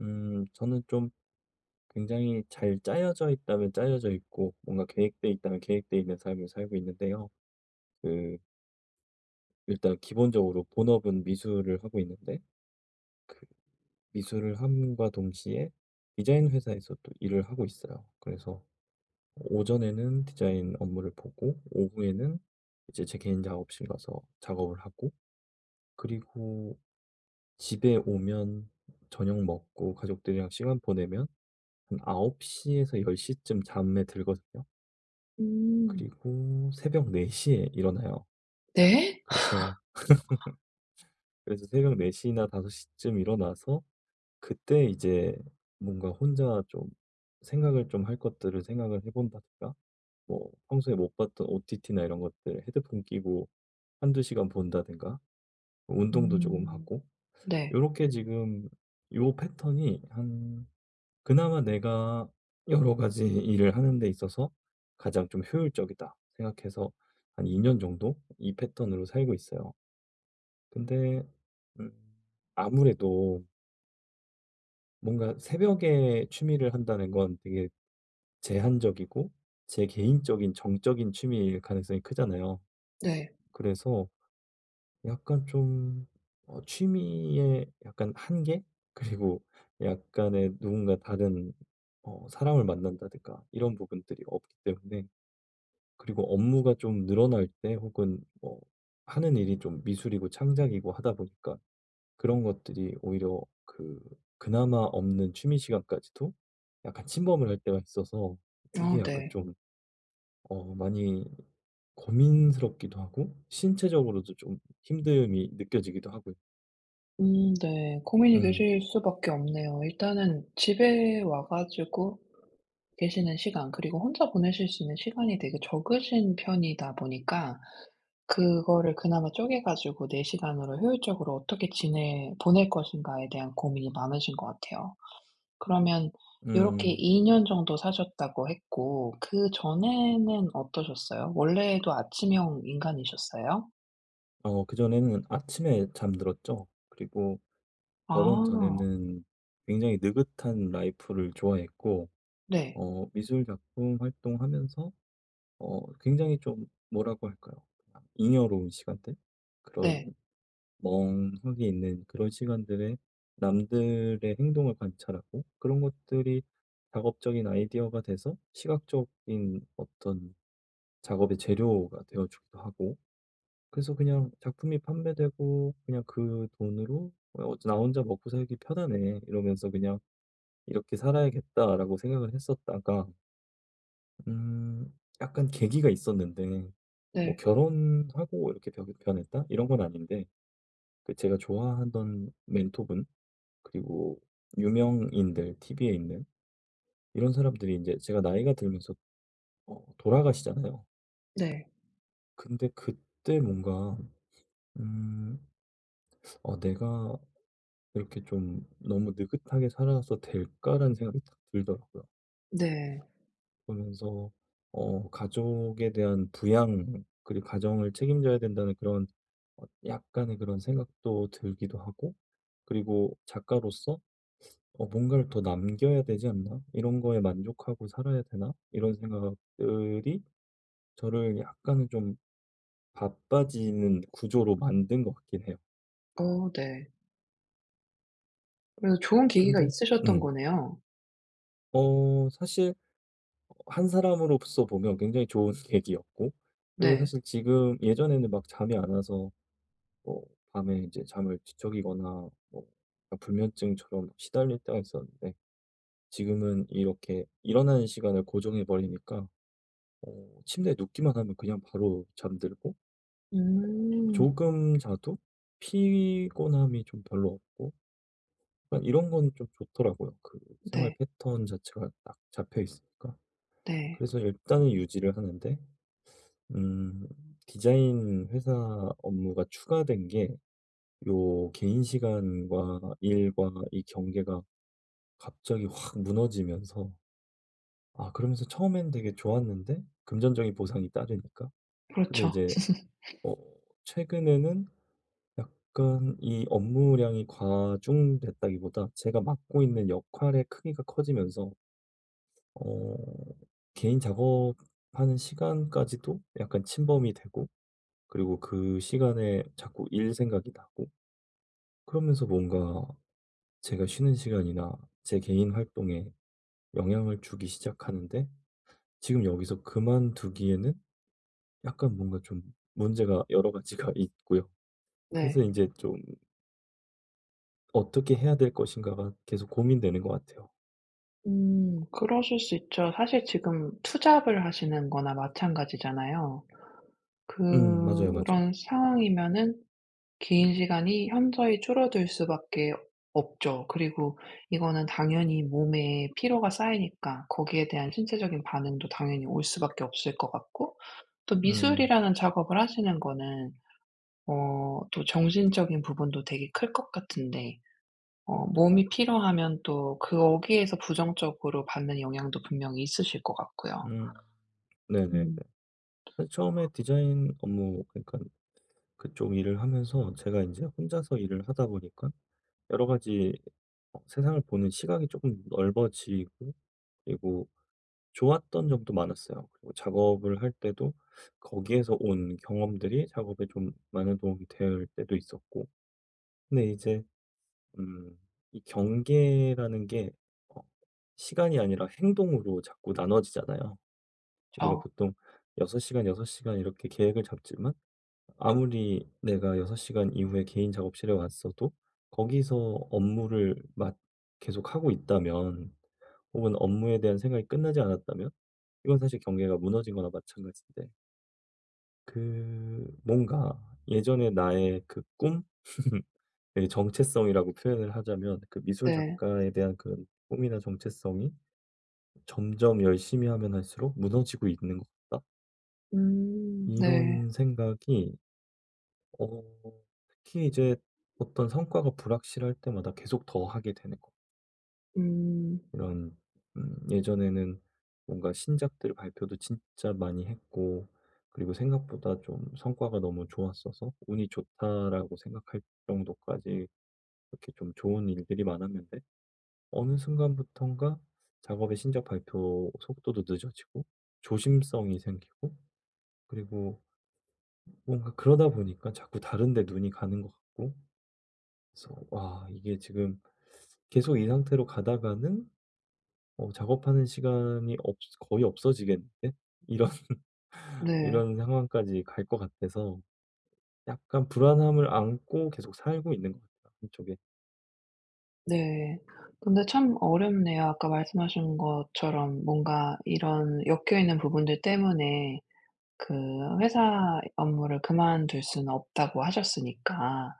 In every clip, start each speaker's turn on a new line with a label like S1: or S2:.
S1: 저는 좀 굉장히 잘 짜여져 있다면 짜여져 있고, 뭔가 계획돼 있다면 계획돼 있는 삶을 살고 있는데요. 그, 일단 기본적으로 본업은 미술을 하고 있는데, 그 미술을 함과 동시에 디자인 회사에서 또 일을 하고 있어요. 그래서 오전에는 디자인 업무를 보고, 오후에는 이제 제 개인 작업실 가서 작업을 하고, 그리고 집에 오면 저녁 먹고 가족들이랑 시간 보내면 한 9시에서 10시쯤 잠에 들거든요.
S2: 음.
S1: 그리고 새벽 4시에 일어나요.
S2: 네?
S1: 그래서 그래서 새벽 4시나5섯시쯤 일어나서 그때 이제 뭔가 혼자 좀 생각을 좀 할 것들을 생각을 해 본다든가, 뭐 평소에 못 봤던 OTT나 이런 것들 헤드폰 끼고 한두 시간 본다든가, 운동도 조금
S2: 음.
S1: 하고,
S2: 네.
S1: 요렇게 지금 요 패턴이 한, 그나마 내가 여러 가지 일을 하는 데 있어서 가장 좀 효율적이다 생각해서 한 2년 정도 이 패턴으로 살고 있어요. 근데 음 아무래도 뭔가 새벽에 취미를 한다는 건 되게 제한적이고 제 개인적인 정적인 취미일 가능성이 크잖아요.
S2: 네.
S1: 그래서 약간 좀 취미의 약간 한계? 그리고 약간의 누군가 다른 사람을 만난다든가 이런 부분들이 없기 때문에, 그리고 업무가 좀 늘어날 때 혹은 뭐 하는 일이 좀 미술이고 창작이고 하다 보니까 그런 것들이 오히려 그나마 없는 취미 시간까지도 약간 침범을 할 때가 있어서, 이게
S2: 아
S1: 약간
S2: 네.
S1: 좀 많이 고민스럽기도 하고 신체적으로도 좀 힘듦이 느껴지기도 하고요.
S2: 네. 고민이
S1: 음.
S2: 되실 수밖에 없네요. 일단은 집에 와 가지고 계시는 시간 그리고 혼자 보내실 수 있는 시간이 되게 적으신 편이다 보니까 그거를 그나마 쪼개 가지고 내 시간으로 효율적으로 어떻게 지내 보낼 것인가에 대한 고민이 많으신 것 같아요. 그러면 요렇게
S1: 음.
S2: 2년 정도 사셨다고 했고 그전에는 어떠셨어요? 원래도 아침형 인간이셨어요?
S1: 그전에는 아침에 잠들었죠. 그리고 결혼
S2: 아
S1: 전에는 굉장히 느긋한 라이프를 좋아했고,
S2: 네.
S1: 미술 작품 활동하면서 굉장히 좀 뭐라고 할까요? 그냥 잉여로운 시간들? 그런
S2: 네.
S1: 멍하게 있는 그런 시간들에 남들의 행동을 관찰하고 그런 것들이 작업적인 아이디어가 돼서 시각적인 어떤 작업의 재료가 되어주기도 하고, 그래서 그냥 작품이 판매되고 그냥 그 돈으로 '나 혼자 먹고 살기 편하네' 이러면서 그냥 이렇게 살아야겠다라고 생각을 했었다가 약간 계기가 있었는데, 뭐
S2: 네.
S1: 결혼하고 이렇게 변했다 이런 건 아닌데, 그 제가 좋아하던 멘토분 그리고 유명인들, TV에 있는 이런 사람들이 인제 제가 나이가 들면서 돌아가시잖아요.
S2: 네.
S1: 근데 그때 뭔가 음 '어 내가 이렇게 좀 너무 느긋하게 살아서 될까?'라는 생각이 딱 들더라고요.
S2: 네.
S1: 그러면서 가족에 대한 부양 그리고 가정을 책임져야 된다는 그런 약간의 그런 생각도 들기도 하고, 그리고 작가로서 '뭔가를 더 남겨야 되지 않나? 이런 거에 만족하고 살아야 되나?' 이런 생각들이 저를 약간은 좀 바빠지는 구조로 만든 것 같긴 해요.
S2: 어 네. 그래서 좋은 계기가
S1: 근데
S2: 있으셨던
S1: 음.
S2: 거네요.
S1: 사실 한 사람으로서 보면 굉장히 좋은 계기였고, 그리고
S2: 네.
S1: 사실 지금 예전에는 막 잠이 안 와서 뭐 밤에 이제 잠을 뒤척이거나 뭐 불면증처럼 시달릴 때가 있었는데, 지금은 이렇게 일어나는 시간을 고정해 버리니까 침대에 눕기만 하면 그냥 바로 잠들고
S2: 음.
S1: 조금 자도 피곤함이 좀 별로 없고 약간 이런 건 좀 좋더라고요. 생활
S2: 네.
S1: 패턴 자체가 딱 잡혀 있으니까.
S2: 네.
S1: 그래서 일단은 유지를 하는데 음 디자인 회사 업무가 추가된 게 요 개인 시간과 일과 이 경계가 갑자기 확 무너지면서, 아 그러면서 처음엔 되게 좋았는데 금전적인 보상이 따르니까. 근데
S2: 그렇죠.
S1: 이제 어 최근에는 약간 이 업무량이 과중됐다기보다 제가 맡고 있는 역할의 크기가 커지면서 어 개인 작업하는 시간까지도 약간 침범이 되고, 그리고 그 시간에 자꾸 일 생각이 나고, 그러면서 뭔가 제가 쉬는 시간이나 제 개인 활동에 영향을 주기 시작하는데, 지금 여기서 그만두기에는 약간 뭔가 좀 문제가 여러 가지가 있고요. 그래서
S2: 네.
S1: 이제 좀 어떻게 해야 될 것인가가 계속 고민되는 것 같아요.
S2: 음, 그러실 수 있죠. 사실 지금 투잡을 하시는 거나 마찬가지잖아요.
S1: 맞아요, 맞아요.
S2: 그런 상황이면은 긴 시간이 현저히 줄어들 수밖에 없죠. 그리고 이거는 당연히 몸에 피로가 쌓이니까 거기에 대한 신체적인 반응도 당연히 올 수밖에 없을 것 같고 또
S1: 음.
S2: 미술이라는 작업을 하시는 거는 어, 또 정신적인 부분도 되게 클 것 같은데 어, 몸이 피로하면 또 그 거기에서 부정적으로 받는 영향도 분명히 있으실 것 같고요.
S1: 음. 네네.
S2: 음.
S1: 사실 처음에 디자인 업무, 그러니까 그쪽 일을 하면서 제가 이제 혼자서 일을 하다 보니까 여러 가지 세상을 보는 시각이 조금 넓어지고, 그리고 좋았던 점도 많았어요. 그리고 작업을 할 때도 거기에서 온 경험들이 작업에 좀 많은 도움이 될 때도 있었고. 근데 이제 음 이 경계라는 게 어 시간이 아니라 행동으로 자꾸 나눠지잖아요. 우리가
S2: 저,
S1: 보통 6 시간, 6 시간 이렇게 계획을 잡지만, 아무리 내가 6 시간 이후에 개인 작업실에 왔어도 거기서 업무를 막 계속 하고 있다면, 혹은 업무에 대한 생각이 끝나지 않았다면 이건 사실 경계가 무너진 거나 마찬가지인데, 뭔가 예전에 나의 그 꿈? 되게 정체성이라고 표현을 하자면 그 미술
S2: 네.
S1: 작가에 대한 그런 꿈이나 정체성이 점점 열심히 하면 할수록 무너지고 있는 것 같다.
S2: 음. 네.
S1: 이런 생각이 어 특히 이제 어떤 성과가 불확실할 때마다 계속 더 하게 되는 거.
S2: 음.
S1: 이런 예전에는 뭔가 신작들 발표도 진짜 많이 했고, 그리고 생각보다 좀 성과가 너무 좋았어서 '운이 좋다.'라고 생각할 정도까지 이렇게 좀 좋은 일들이 많았는데, 어느 순간부턴가 작업의 신작 발표 속도도 늦어지고 조심성이 생기고, 그리고 뭔가 그러다 보니까 자꾸 다른 데 눈이 가는 것 같고, 그래서 와 이게 지금 계속 이 상태로 가다가는 작업하는 시간이 없 거의 없어지겠는데 이런
S2: 네.
S1: 이런 상황까지 갈 것 같아서 약간 불안함을 안고 계속 살고 있는 것 같아요 한쪽에.
S2: 네. 근데 참 어렵네요. 아까 말씀하신 것처럼 뭔가 이런 엮여 있는 부분들 때문에 그 회사 업무를 그만둘 수는 없다고 하셨으니까.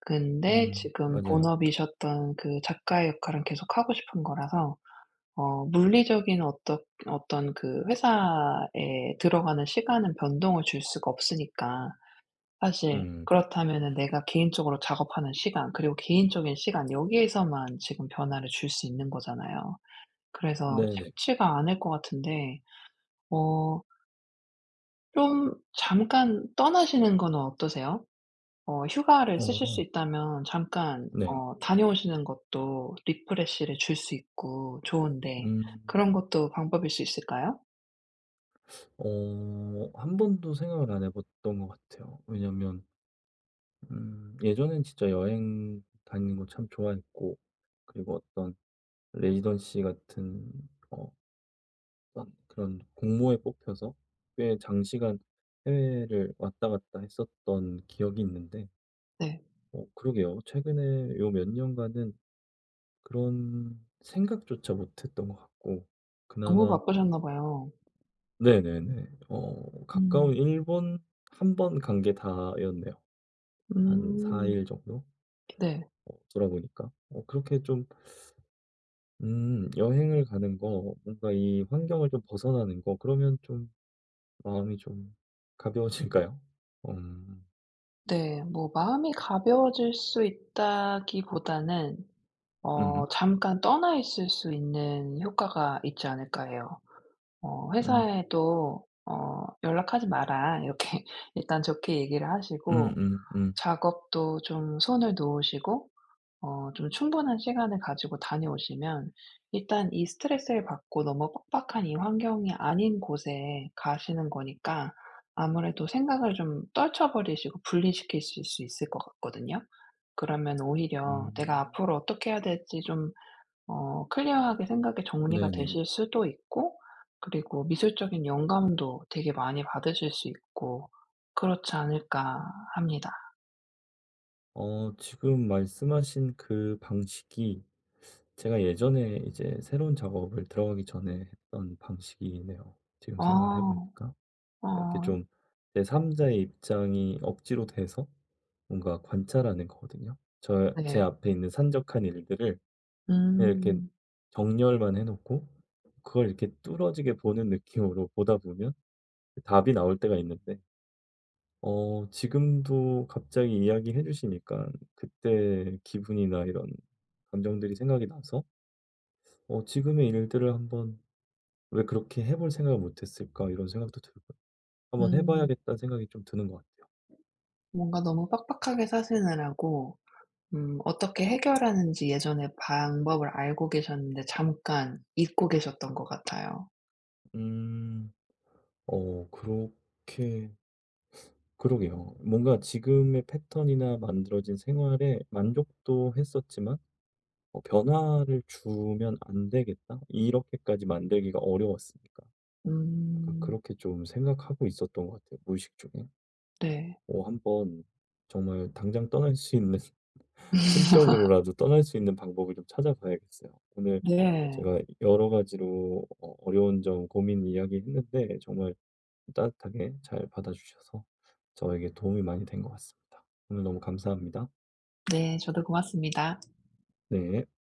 S2: 근데 지금
S1: 맞아요.
S2: 본업이셨던 그 작가의 역할은 계속 하고 싶은 거라서 어, 물리적인 어떤 어떤 그 회사에 들어가는 시간은 변동을 줄 수가 없으니까 사실
S1: 음
S2: 그렇다면은 내가 개인적으로 작업하는 시간 그리고 개인적인 시간 여기에서만 지금 변화를 줄 수 있는 거잖아요. 그래서
S1: 네네.
S2: 쉽지가 않을 것 같은데 어, 좀 잠깐 떠나시는 거는 어떠세요? 어, 휴가를 쓰실 수
S1: 어
S2: 있다면 잠깐
S1: 네.
S2: 다녀오시는 것도 리프레시를 줄 수 있고 좋은데
S1: 음.
S2: 그런 것도 방법일 수 있을까요?
S1: 한 번도 생각을 안 해 봤던 것 같아요. 왜냐면 예전엔 진짜 여행 다니는 거 참 좋아했고, 그리고 어떤 레지던시 같은 어 어떤 그런 공모에 뽑혀서 꽤 장시간 해외를 왔다 갔다 했었던 기억이 있는데,
S2: 네.
S1: 그러게요. 최근에 요 몇 년간은 그런 생각조차 못 했던 것 같고
S2: 너무
S1: 그나마.
S2: 바쁘셨나 봐요.
S1: 네네네. 가까운
S2: 음.
S1: 일본 한 번 간 게 다였네요. 한 4
S2: 음.
S1: 일 정도?
S2: 네.
S1: 돌아보니까. 그렇게 좀, 여행을 가는 거, 뭔가 이 환경을 좀 벗어나는 거, 그러면 좀 마음이 좀 가벼워질까요? 음,
S2: 네. 뭐 마음이 가벼워질 수 있다기보다는 어,
S1: 음,
S2: 잠깐 떠나 있을 수 있는 효과가 있지 않을까 해요. 어,
S1: 음,
S2: 회사에도 어, "연락하지 마라." 이렇게 일단 좋게 얘기를
S1: 음,
S2: 하시고
S1: 음, 음,
S2: 작업도 좀 손을 놓으시고 어, 좀 충분한 시간을 가지고 다녀오시면 일단 이 스트레스를 받고 너무 빡빡한 이 환경이 아닌 곳에 가시는 거니까 아무래도 생각을 좀 떨쳐 버리시고 분리시킬수 있을 것 같거든요. 그러면 오히려 내가
S1: 음.
S2: 앞으로 어떻게 해야 될지 좀 어, 클리어하게 생각이 정리가
S1: 네네.
S2: 되실 수도 있고 그리고 미술적인 영감도 되게 많이 받으실 수 있고 그렇지 않을까 합니다.
S1: 지금 말씀하신 그 방식이 제가 예전에 이제 새로운 작업을 들어가기 전에 했던 방식이네요. 지금 생각을
S2: 어.
S1: 해보니까.
S2: 어
S1: 이렇게 좀 제 3자의 입장이 억지로 돼서 뭔가 관찰하는 거거든요. 저, 제
S2: 네.
S1: 앞에 있는 산적한 일들을 그냥 이렇게
S2: 음.
S1: 정렬만 해 놓고 그걸 이렇게 뚫어지게 보는 느낌으로 보다 보면 답이 나올 때가 있는데, 지금도 갑자기 이야기해 주시니까 그때 기분이나 이런 감정들이 생각이 나서 '어 지금의 일들을 한번 왜 그렇게 해볼 생각을 못 했을까?' 이런 생각도 들고요. '한번 해
S2: 음.
S1: 봐야겠다.'는 생각이 좀 드는 것 같아요.
S2: 뭔가 너무 빡빡하게 사시느라고 음, 어떻게 해결하는지 예전에 방법을 알고 계셨는데 잠깐 잊고 계셨던 것 같아요.
S1: 음. 그렇게 그러게요. 뭔가 지금의 패턴이나 만들어진 생활에 만족도 했었지만 '변화를 주면 안 되겠다.' 이렇게까지 만들기가 어려웠으니까. 약간
S2: 음.
S1: 그렇게 좀 생각하고 있었던 것 같아요, 무의식 중에.
S2: 네.
S1: 뭐 한번 정말 당장 떠날 수 있는 심적으로라도 떠날 수 있는 방법을 좀 찾아봐야겠어요. 오늘
S2: 네.
S1: 제가 여러 가지로 어려운 점 고민 이야기했는데 정말 따뜻하게 잘 받아주셔서 저에게 도움이 많이 된 것 같습니다. 오늘 너무 감사합니다.
S2: 네. 저도 고맙습니다.
S1: 네.